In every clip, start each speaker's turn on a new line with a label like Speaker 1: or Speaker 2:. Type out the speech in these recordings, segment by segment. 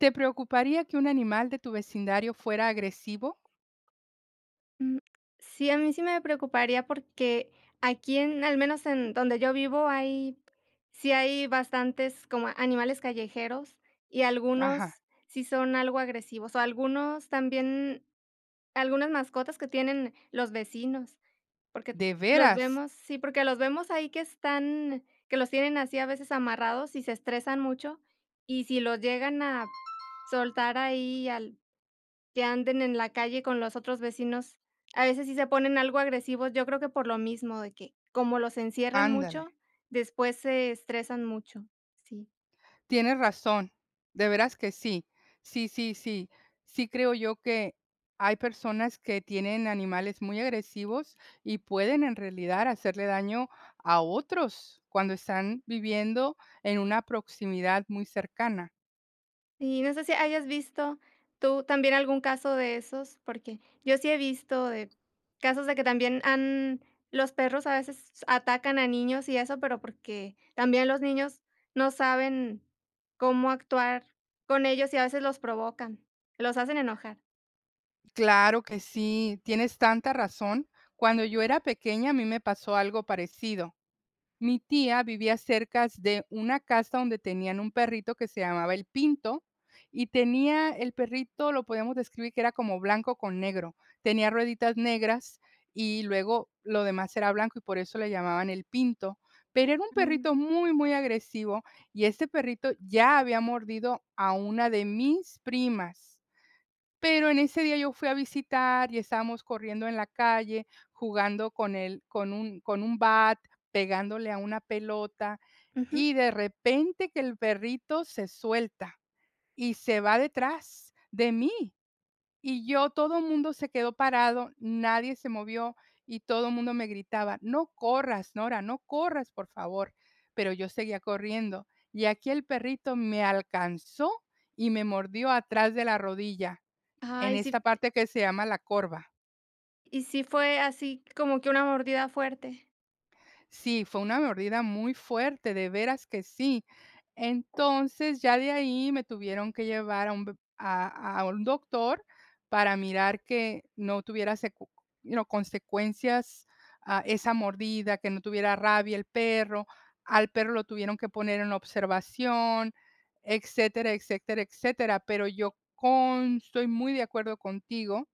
Speaker 1: ¿Te preocuparía que un animal de tu vecindario fuera agresivo?
Speaker 2: Mm, sí, a mí sí me preocuparía porque aquí en al menos en donde yo vivo hay bastantes como animales callejeros, y
Speaker 1: Ajá,
Speaker 2: algunos sí son algo agresivos, o algunos también algunas mascotas que tienen los vecinos, porque
Speaker 1: ¿de
Speaker 2: los
Speaker 1: veras?
Speaker 2: vemos sí, porque los vemos ahí, que los tienen así a veces amarrados y se estresan mucho, y si los llegan a soltar ahí al que anden en la calle con los otros vecinos. A veces sí se ponen algo agresivos. Yo creo que por lo mismo, de que como los encierran
Speaker 1: Ándale,
Speaker 2: mucho, después se estresan mucho, sí.
Speaker 1: tienes razón, de veras que sí. Sí, sí, sí. Sí creo yo que hay personas que tienen animales muy agresivos y pueden en realidad hacerle daño a otros cuando están viviendo en una proximidad muy cercana.
Speaker 2: Y no sé si hayas visto tú también algún caso de esos, porque yo sí he visto de casos de que también han los perros a veces atacan a niños y eso, pero porque también los niños no saben cómo actuar con ellos, y a veces los provocan, los hacen enojar.
Speaker 1: Claro que sí, tienes tanta razón. Cuando yo era pequeña a mí me pasó algo parecido. Mi tía vivía cerca de una casa donde tenían un perrito que se llamaba el Pinto, y tenía el perrito, lo podemos describir, que era como blanco con negro, tenía rueditas negras y luego lo demás era blanco, y por eso le llamaban el Pinto, pero era un
Speaker 2: Mm.
Speaker 1: perrito muy, muy agresivo, y este perrito ya había mordido a una de mis primas. Pero en ese día yo fui a visitar y estábamos corriendo en la calle, jugando con él, con un bat, pegándole a una pelota,
Speaker 2: Ujú.
Speaker 1: y de repente que el perrito se suelta y se va detrás de mí, y yo todo el mundo se quedó parado, nadie se movió, y todo el mundo me gritaba: "No corras, Nora, no corras, por favor". Pero yo seguía corriendo, y aquí el perrito me alcanzó y me mordió atrás de la rodilla. En
Speaker 2: Ay, sí.
Speaker 1: esta parte que se llama la corva.
Speaker 2: ¿Y sí fue así como que una mordida fuerte?
Speaker 1: Sí, fue una mordida muy fuerte, de veras que sí. Entonces, ya de ahí me tuvieron que llevar a un ve a un doctor para mirar que no tuviera consecuencias, ah, esa mordida, que no tuviera rabia el perro. Al perro lo tuvieron que poner en observación, etcétera, etcétera, etcétera. Pero yo con estoy muy de acuerdo contigo,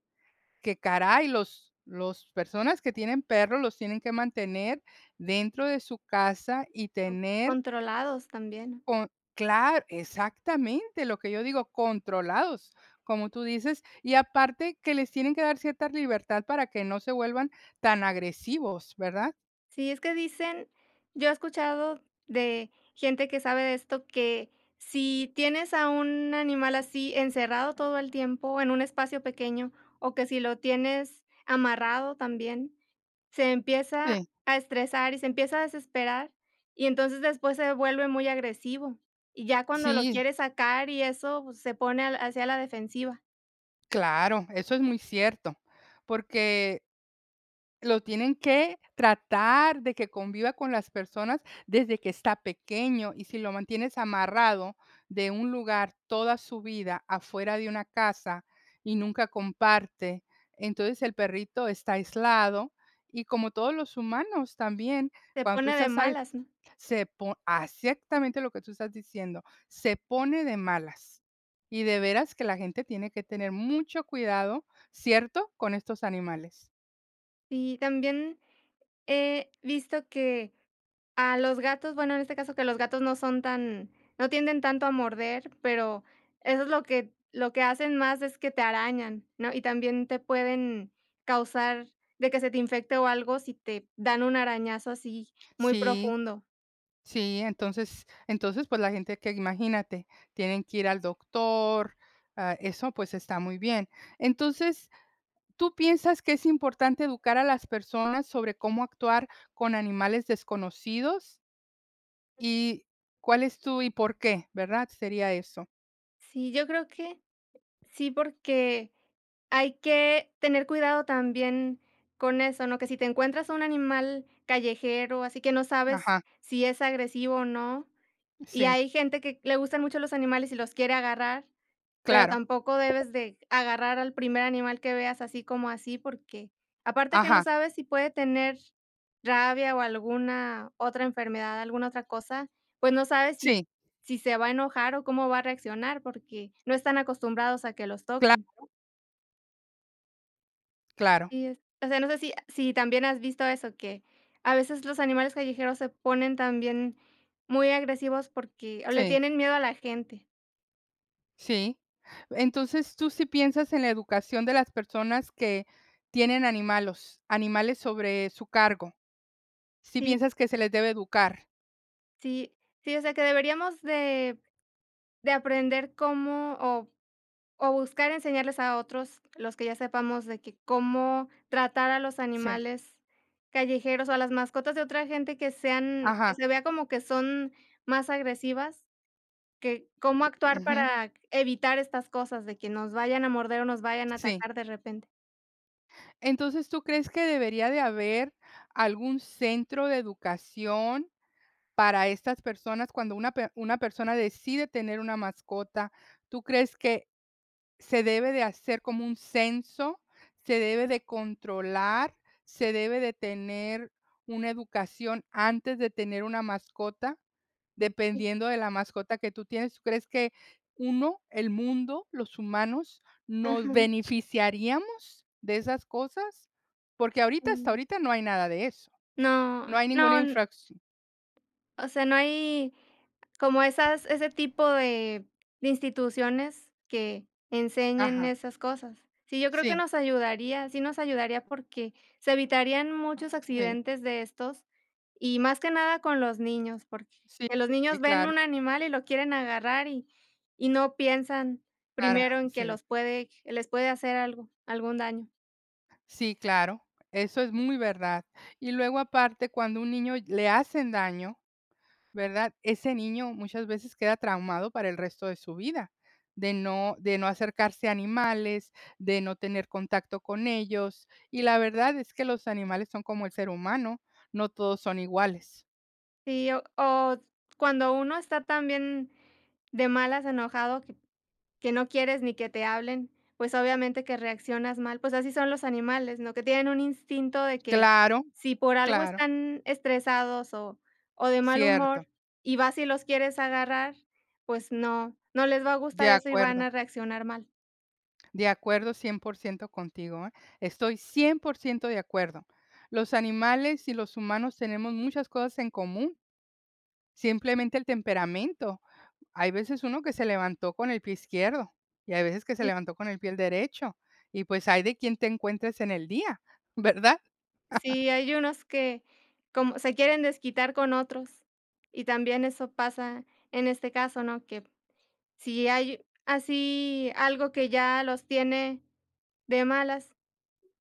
Speaker 1: que caray, los personas que tienen perros los tienen que mantener dentro de su casa y
Speaker 2: O
Speaker 1: tener
Speaker 2: controlados también.
Speaker 1: con claro, exactamente, lo que yo digo, controlados, como tú dices, y aparte que les tienen que dar cierta libertad para que no se vuelvan tan agresivos, ¿verdad?
Speaker 2: Sí, es que dicen, yo he escuchado de gente que sabe de esto, que si tienes a un animal así encerrado todo el tiempo en un espacio pequeño, o que si lo tienes amarrado también, se empieza
Speaker 1: Sí,
Speaker 2: a estresar y se empieza a desesperar, y entonces después se vuelve muy agresivo. Y ya cuando lo
Speaker 1: sí,
Speaker 2: quiere sacar y eso, pues, se pone al hacia la defensiva,
Speaker 1: claro, eso es muy cierto, porque lo tienen que tratar de que conviva con las personas desde que está pequeño, y si lo mantienes amarrado de un lugar toda su vida, afuera de una casa, y nunca comparte, entonces el perrito está aislado, y como todos los humanos también,
Speaker 2: se
Speaker 1: cuando tú
Speaker 2: pone de
Speaker 1: estás ahí,
Speaker 2: malas, ¿no?
Speaker 1: exactamente lo que tú estás diciendo, se pone de malas. Y de veras que la gente tiene que tener mucho cuidado, ¿cierto?, con estos animales.
Speaker 2: Sí, también he visto que a los gatos, bueno, en este caso, que los gatos no tienden tanto a morder, pero eso es lo que hacen más, es que te arañan, ¿no? Y también te pueden causar de que se te infecte o algo si te dan un arañazo así muy
Speaker 1: Sí.
Speaker 2: profundo.
Speaker 1: Sí, entonces, pues, la gente que imagínate, tienen que ir al doctor, ah, eso, pues, está muy bien. Entonces, ¿tú piensas que es importante educar a las personas sobre cómo actuar con animales desconocidos? ¿Y cuál es tu y por qué, verdad? Sería eso.
Speaker 2: Sí, yo creo que sí, porque hay que tener cuidado también con eso, ¿no? Que si te encuentras un animal callejero, así que no sabes
Speaker 1: Ajá,
Speaker 2: si es agresivo o no. Y
Speaker 1: sí,
Speaker 2: hay gente que le gustan mucho los animales y los quiere agarrar, pero
Speaker 1: claro.
Speaker 2: tampoco debes de agarrar al primer animal que veas así como así, porque aparte que no
Speaker 1: Ajá,
Speaker 2: sabes si puede tener rabia o alguna otra enfermedad, alguna otra cosa, pues no sabes si
Speaker 1: sí,
Speaker 2: si se va a enojar o cómo va a reaccionar, porque no están acostumbrados a que los toquen.
Speaker 1: claro, claro,
Speaker 2: Sí, es o sea, no sé si también has visto eso, que a veces los animales callejeros se ponen también muy agresivos, porque o le
Speaker 1: sí.
Speaker 2: tienen miedo a la gente.
Speaker 1: Sí. Entonces, ¿tú sí piensas en la educación de las personas que tienen animales, sobre su cargo? ¿Sí
Speaker 2: Sí.
Speaker 1: piensas que se les debe educar?
Speaker 2: Sí, sí, o sea, que deberíamos de aprender cómo o buscar enseñarles a otros, los que ya sepamos, de que cómo tratar a los
Speaker 1: Sí.
Speaker 2: animales callejeros o a las mascotas de otra gente que
Speaker 1: Ajá.
Speaker 2: se vea como que son más agresivas, que cómo actuar
Speaker 1: Ujú.
Speaker 2: para evitar estas cosas de que nos vayan a morder o nos vayan a
Speaker 1: Sí.
Speaker 2: atacar de repente.
Speaker 1: Entonces, ¿tú crees que debería de haber algún centro de educación para estas personas cuando una persona decide tener una mascota? ¿Tú crees que se debe de hacer como un censo, se debe de controlar, se debe de tener una educación antes de tener una mascota,
Speaker 2: Sí,
Speaker 1: dependiendo de la mascota que tú tienes? ¿Tú crees que uno, el mundo, los humanos, nos
Speaker 2: ajá,
Speaker 1: beneficiaríamos de esas cosas? Porque hasta
Speaker 2: sí.
Speaker 1: ahorita no hay nada de eso.
Speaker 2: No,
Speaker 1: No hay ninguna
Speaker 2: no.
Speaker 1: infracción.
Speaker 2: O sea, no hay como esas ese tipo de instituciones que enseñen
Speaker 1: Ajá.
Speaker 2: esas cosas. Sí, yo creo que
Speaker 1: Sí,
Speaker 2: nos ayudaría, sí nos ayudaría, porque se evitarían muchos
Speaker 1: sí,
Speaker 2: accidentes de estos, y más que nada con los niños, porque
Speaker 1: sí,
Speaker 2: que los
Speaker 1: sí,
Speaker 2: niños ven
Speaker 1: claro,
Speaker 2: un animal y lo quieren agarrar, y no piensan
Speaker 1: para
Speaker 2: primero en que
Speaker 1: sí.
Speaker 2: los puede les puede hacer algo, algún daño.
Speaker 1: Sí, claro, eso es muy verdad. Y luego aparte, cuando un niño le hacen daño, ¿verdad? Ese niño muchas veces queda traumado para el resto de su vida, de no acercarse a animales, de no tener contacto con ellos. Y la verdad es que los animales son como el ser humano, no todos son iguales.
Speaker 2: Sí, o cuando uno está también de malas, enojado, que no quieres ni que te hablen, pues, obviamente que reaccionas mal, pues, así son los animales, ¿no? Que tienen un instinto de que
Speaker 1: Claro,
Speaker 2: si por algo
Speaker 1: claro,
Speaker 2: están estresados o de mal
Speaker 1: cierto,
Speaker 2: humor y vas y los quieres agarrar, pues no, no les va a
Speaker 1: de
Speaker 2: gustar eso y van
Speaker 1: acuerdo.
Speaker 2: a reaccionar mal.
Speaker 1: De acuerdo 100% contigo, ¿eh? Estoy 100% de acuerdo. Los animales y los humanos tenemos muchas cosas en común, simplemente el temperamento. Hay veces uno que se levantó con el pie izquierdo y hay veces que se
Speaker 2: Y
Speaker 1: levantó con el pie derecho, y pues hay de quien te encuentres en el día, ¿verdad?
Speaker 2: sí, hay unos que como se quieren desquitar con otros, y también eso pasa en este caso, ¿no? Que si hay así algo que ya los tiene de malas,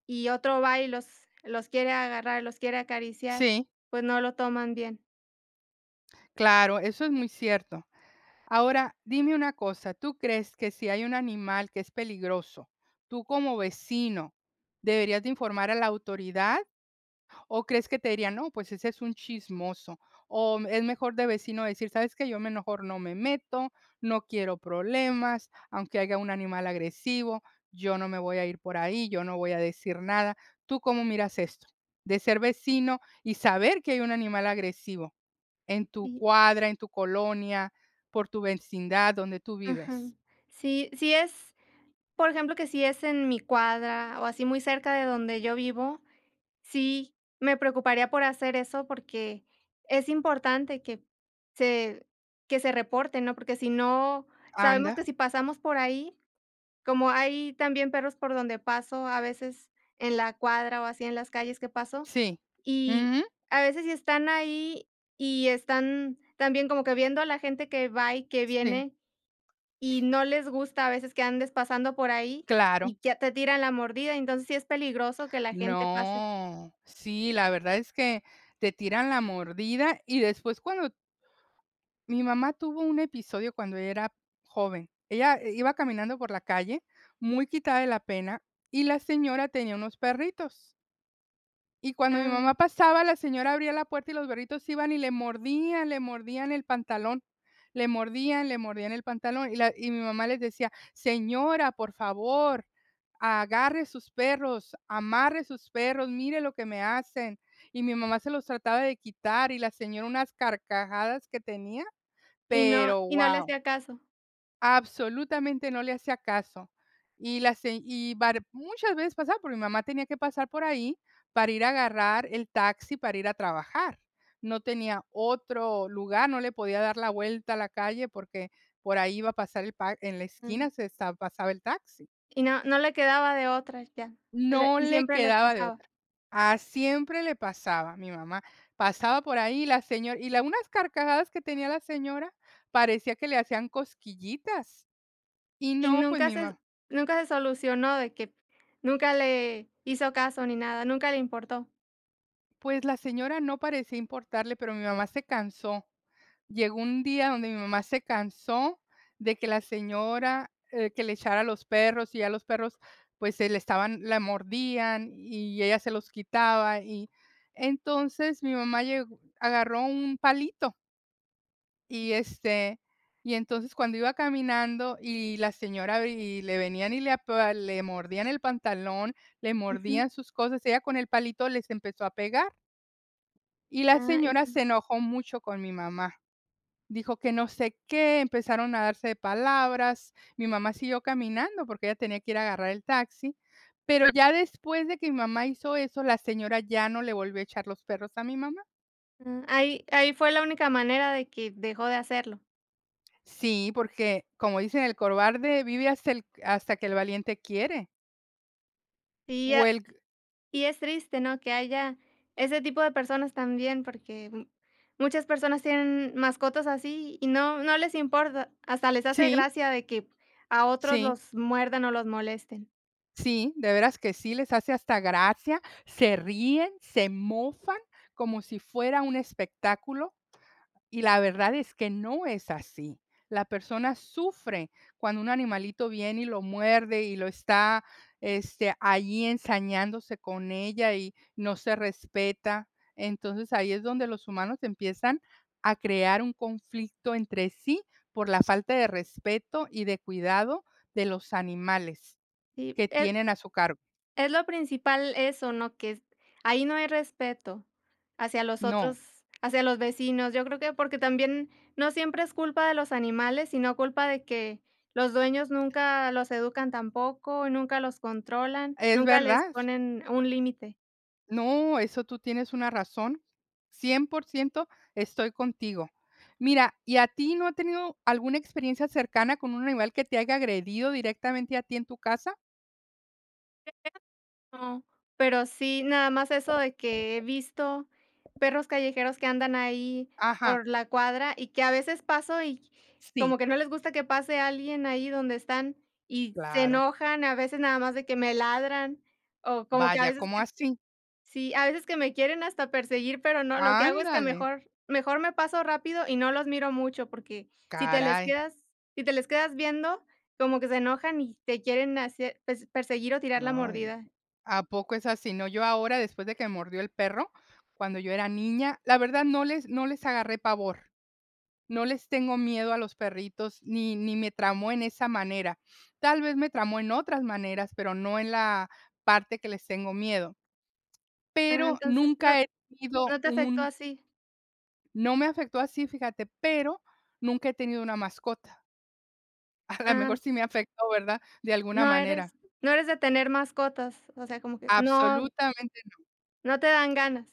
Speaker 2: y otro va y los quiere agarrar, los quiere acariciar,
Speaker 1: Sí,
Speaker 2: pues no lo toman bien.
Speaker 1: claro, eso es muy cierto. Ahora, dime una cosa, ¿tú crees que si hay un animal que es peligroso, tú como vecino deberías de informar a la autoridad? ¿O crees que te dirían: "No, pues ese es un chismoso"? O es mejor, de vecino, decir: "¿Sabes que Yo me mejor no me meto, no quiero problemas, aunque haya un animal agresivo, yo no me voy a ir por ahí, yo no voy a decir nada". ¿Tú cómo miras esto? De ser vecino y saber que hay un animal agresivo en tu
Speaker 2: Y
Speaker 1: cuadra, en tu colonia, por tu vecindad donde tú
Speaker 2: Ajá.
Speaker 1: vives.
Speaker 2: Sí, sí es, por ejemplo, que si es en mi cuadra o así muy cerca de donde yo vivo, sí me preocuparía por hacer eso, porque es importante se que se reporten, ¿no? Porque si no, sabemos que
Speaker 1: Anda.
Speaker 2: si pasamos por ahí, como hay también perros por donde paso, a veces en la cuadra o así en las calles que paso.
Speaker 1: Sí.
Speaker 2: Y
Speaker 1: Ujú.
Speaker 2: a veces, si están ahí y están también como que viendo a la gente que va y que
Speaker 1: Sí,
Speaker 2: viene, y no les gusta a veces que andes pasando por ahí,
Speaker 1: claro.
Speaker 2: y ya te tiran la mordida, entonces sí es peligroso que la gente pase.
Speaker 1: No, sí, la verdad es que te tiran la mordida, y después cuando mi mamá tuvo un episodio, cuando ella era joven, ella iba caminando por la calle muy quitada de la pena, y la señora tenía unos perritos. Y cuando mi
Speaker 2: Ah,
Speaker 1: mamá pasaba, la señora abría la puerta y los perritos iban y le mordían el pantalón. Le mordían el pantalón. Y la y mi mamá les decía: "Señora, por favor, agarre sus perros, amarre sus perros, mire lo que me hacen". Y mi mamá se los trataba de quitar, y la señora unas carcajadas que tenía,
Speaker 2: y no
Speaker 1: pero
Speaker 2: y no le
Speaker 1: wow.
Speaker 2: hacía caso.
Speaker 1: Absolutamente no le hacía caso. Y la se y var muchas veces pasaba, porque mi mamá tenía que pasar por ahí para ir a agarrar el taxi para ir a trabajar. No tenía otro lugar, no le podía dar la vuelta a la calle porque por ahí iba a pasar el pa en la
Speaker 2: Mm,
Speaker 1: esquina se esta pasaba el taxi.
Speaker 2: y no le quedaba de otra ya, le
Speaker 1: No
Speaker 2: y
Speaker 1: le
Speaker 2: siempre le
Speaker 1: quedaba de
Speaker 2: pasaba.
Speaker 1: otra. A Siempre le pasaba mi mamá. Pasaba por ahí la señora, y la unas carcajadas que tenía la señora, parecía que le hacían cosquillitas. Y
Speaker 2: Y
Speaker 1: no, pues
Speaker 2: nunca
Speaker 1: mi
Speaker 2: se
Speaker 1: mamá.
Speaker 2: nunca se solucionó, de que nunca le hizo caso ni nada, nunca le importó.
Speaker 1: Pues la señora no parecía importarle, pero mi mamá se cansó. Llegó un día donde mi mamá se cansó de que la señora, que le echara a los perros, y ya los perros, pues, se le estaban la mordían, y ella se los quitaba, y entonces mi mamá llegó, agarró un palito, y, este, y entonces cuando iba caminando y la señora, y le venían y le mordían el pantalón, le
Speaker 2: Ujú.
Speaker 1: mordían sus cosas, ella con el palito les empezó a pegar. Y la
Speaker 2: Ah, y
Speaker 1: señora
Speaker 2: sí.
Speaker 1: se enojó mucho con mi mamá. Dijo que no sé qué, empezaron a darse de palabras. Mi mamá siguió caminando porque ella tenía que ir a agarrar el taxi, pero ya después de que mi mamá hizo eso, la señora ya no le volvió a echar los perros a mi mamá.
Speaker 2: Ah, ahí fue la única manera de que dejó de hacerlo.
Speaker 1: Sí, porque como dicen: "El cobarde vive hasta el hasta que el valiente quiere".
Speaker 2: Y
Speaker 1: O
Speaker 2: ya
Speaker 1: el
Speaker 2: y es triste, ¿no?, que haya ese tipo de personas también, porque m muchas personas tienen mascotas así y no les importa, hasta les hace
Speaker 1: Sí,
Speaker 2: gracia de que a otros
Speaker 1: sí,
Speaker 2: los muerdan o los molesten.
Speaker 1: sí, de veras que sí, les hace hasta gracia, se ríen, se mofan, como si fuera un espectáculo. Y la verdad es que no es así. La persona sufre cuando un animalito viene y lo muerde, y lo está, allí ensañándose con ella, y no se respeta. Entonces, ahí es donde los humanos empiezan a crear un conflicto entre sí por la falta de respeto y de cuidado de los animales
Speaker 2: Y,
Speaker 1: que
Speaker 2: eh
Speaker 1: tienen a su cargo.
Speaker 2: Es lo principal eso, ¿no? Que es ahí no hay respeto hacia los
Speaker 1: No,
Speaker 2: otros, hacia los vecinos. Yo creo que porque también no siempre es culpa de los animales, sino culpa de que los dueños nunca los educan tampoco, nunca los controlan,
Speaker 1: es
Speaker 2: nunca les
Speaker 1: verdad.
Speaker 2: ponen un límite.
Speaker 1: No, eso tú tienes una razón, 100% estoy contigo. Mira, ¿y a ti no ha tenido alguna experiencia cercana con un animal que te haya agredido directamente a ti en tu casa?
Speaker 2: No, pero sí, nada más eso, de que he visto perros callejeros que andan ahí
Speaker 1: Ajá,
Speaker 2: por la cuadra y que a veces paso, y como
Speaker 1: sí,
Speaker 2: que no les gusta que pase alguien ahí donde están y se
Speaker 1: claro.
Speaker 2: enojan, a veces nada más de que me ladran, o como que a
Speaker 1: Vaya,
Speaker 2: veces
Speaker 1: ¿cómo
Speaker 2: que
Speaker 1: así?
Speaker 2: sí, a veces que me quieren hasta perseguir. Pero no, lo que hago es que
Speaker 1: Ándale,
Speaker 2: mejor me paso rápido y no los miro mucho, porque si te les
Speaker 1: caray.
Speaker 2: quedas si te les quedas viendo, como que se enojan y te quieren hacer, pues, perseguir o tirar la
Speaker 1: Ay,
Speaker 2: mordida.
Speaker 1: ¿a poco es así? No, yo ahora, después de que me mordió el perro, cuando yo era niña, la verdad no les agarré pavor. No les tengo miedo a los perritos, ni me tramó en esa manera. Tal vez me tramó en otras maneras, pero no en la parte que les tengo miedo.
Speaker 2: Ah,
Speaker 1: Pero
Speaker 2: entonces, ¿no
Speaker 1: nunca he
Speaker 2: no
Speaker 1: tenido
Speaker 2: te afectó
Speaker 1: un
Speaker 2: así?
Speaker 1: no me afectó así, fíjate, pero nunca he tenido una mascota. A lo
Speaker 2: Ah,
Speaker 1: mejor sí me afectó, ¿verdad? De alguna
Speaker 2: no
Speaker 1: manera.
Speaker 2: eres no eres de tener mascotas, o sea, como que no
Speaker 1: Absolutamente.
Speaker 2: no te dan ganas.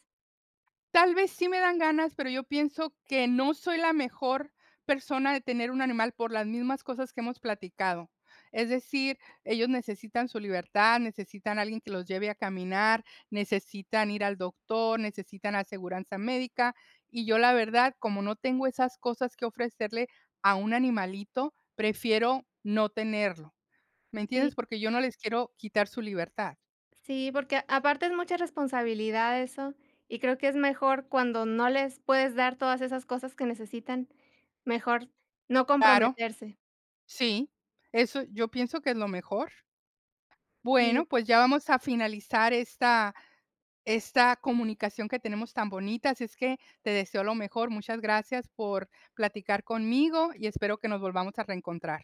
Speaker 1: Tal vez sí me dan ganas, pero yo pienso que no soy la mejor persona de tener un animal por las mismas cosas que hemos platicado. Es decir, ellos necesitan su libertad, necesitan alguien que los lleve a caminar, necesitan ir al doctor, necesitan aseguranza médica, y yo la verdad, como no tengo esas cosas que ofrecerle a un animalito, prefiero no tenerlo, ¿me
Speaker 2: Sí,
Speaker 1: entiendes? Porque yo no les quiero quitar su libertad.
Speaker 2: sí, porque aparte es mucha responsabilidad eso, y creo que es mejor cuando no les puedes dar todas esas cosas que necesitan, mejor no
Speaker 1: Claro,
Speaker 2: comprometerse.
Speaker 1: sí, eso yo pienso que es lo mejor.
Speaker 2: Sí.
Speaker 1: Bueno, pues ya vamos a finalizar esta comunicación que tenemos tan bonita, así es que te deseo lo mejor. Muchas gracias por platicar conmigo y espero que nos volvamos a reencontrar.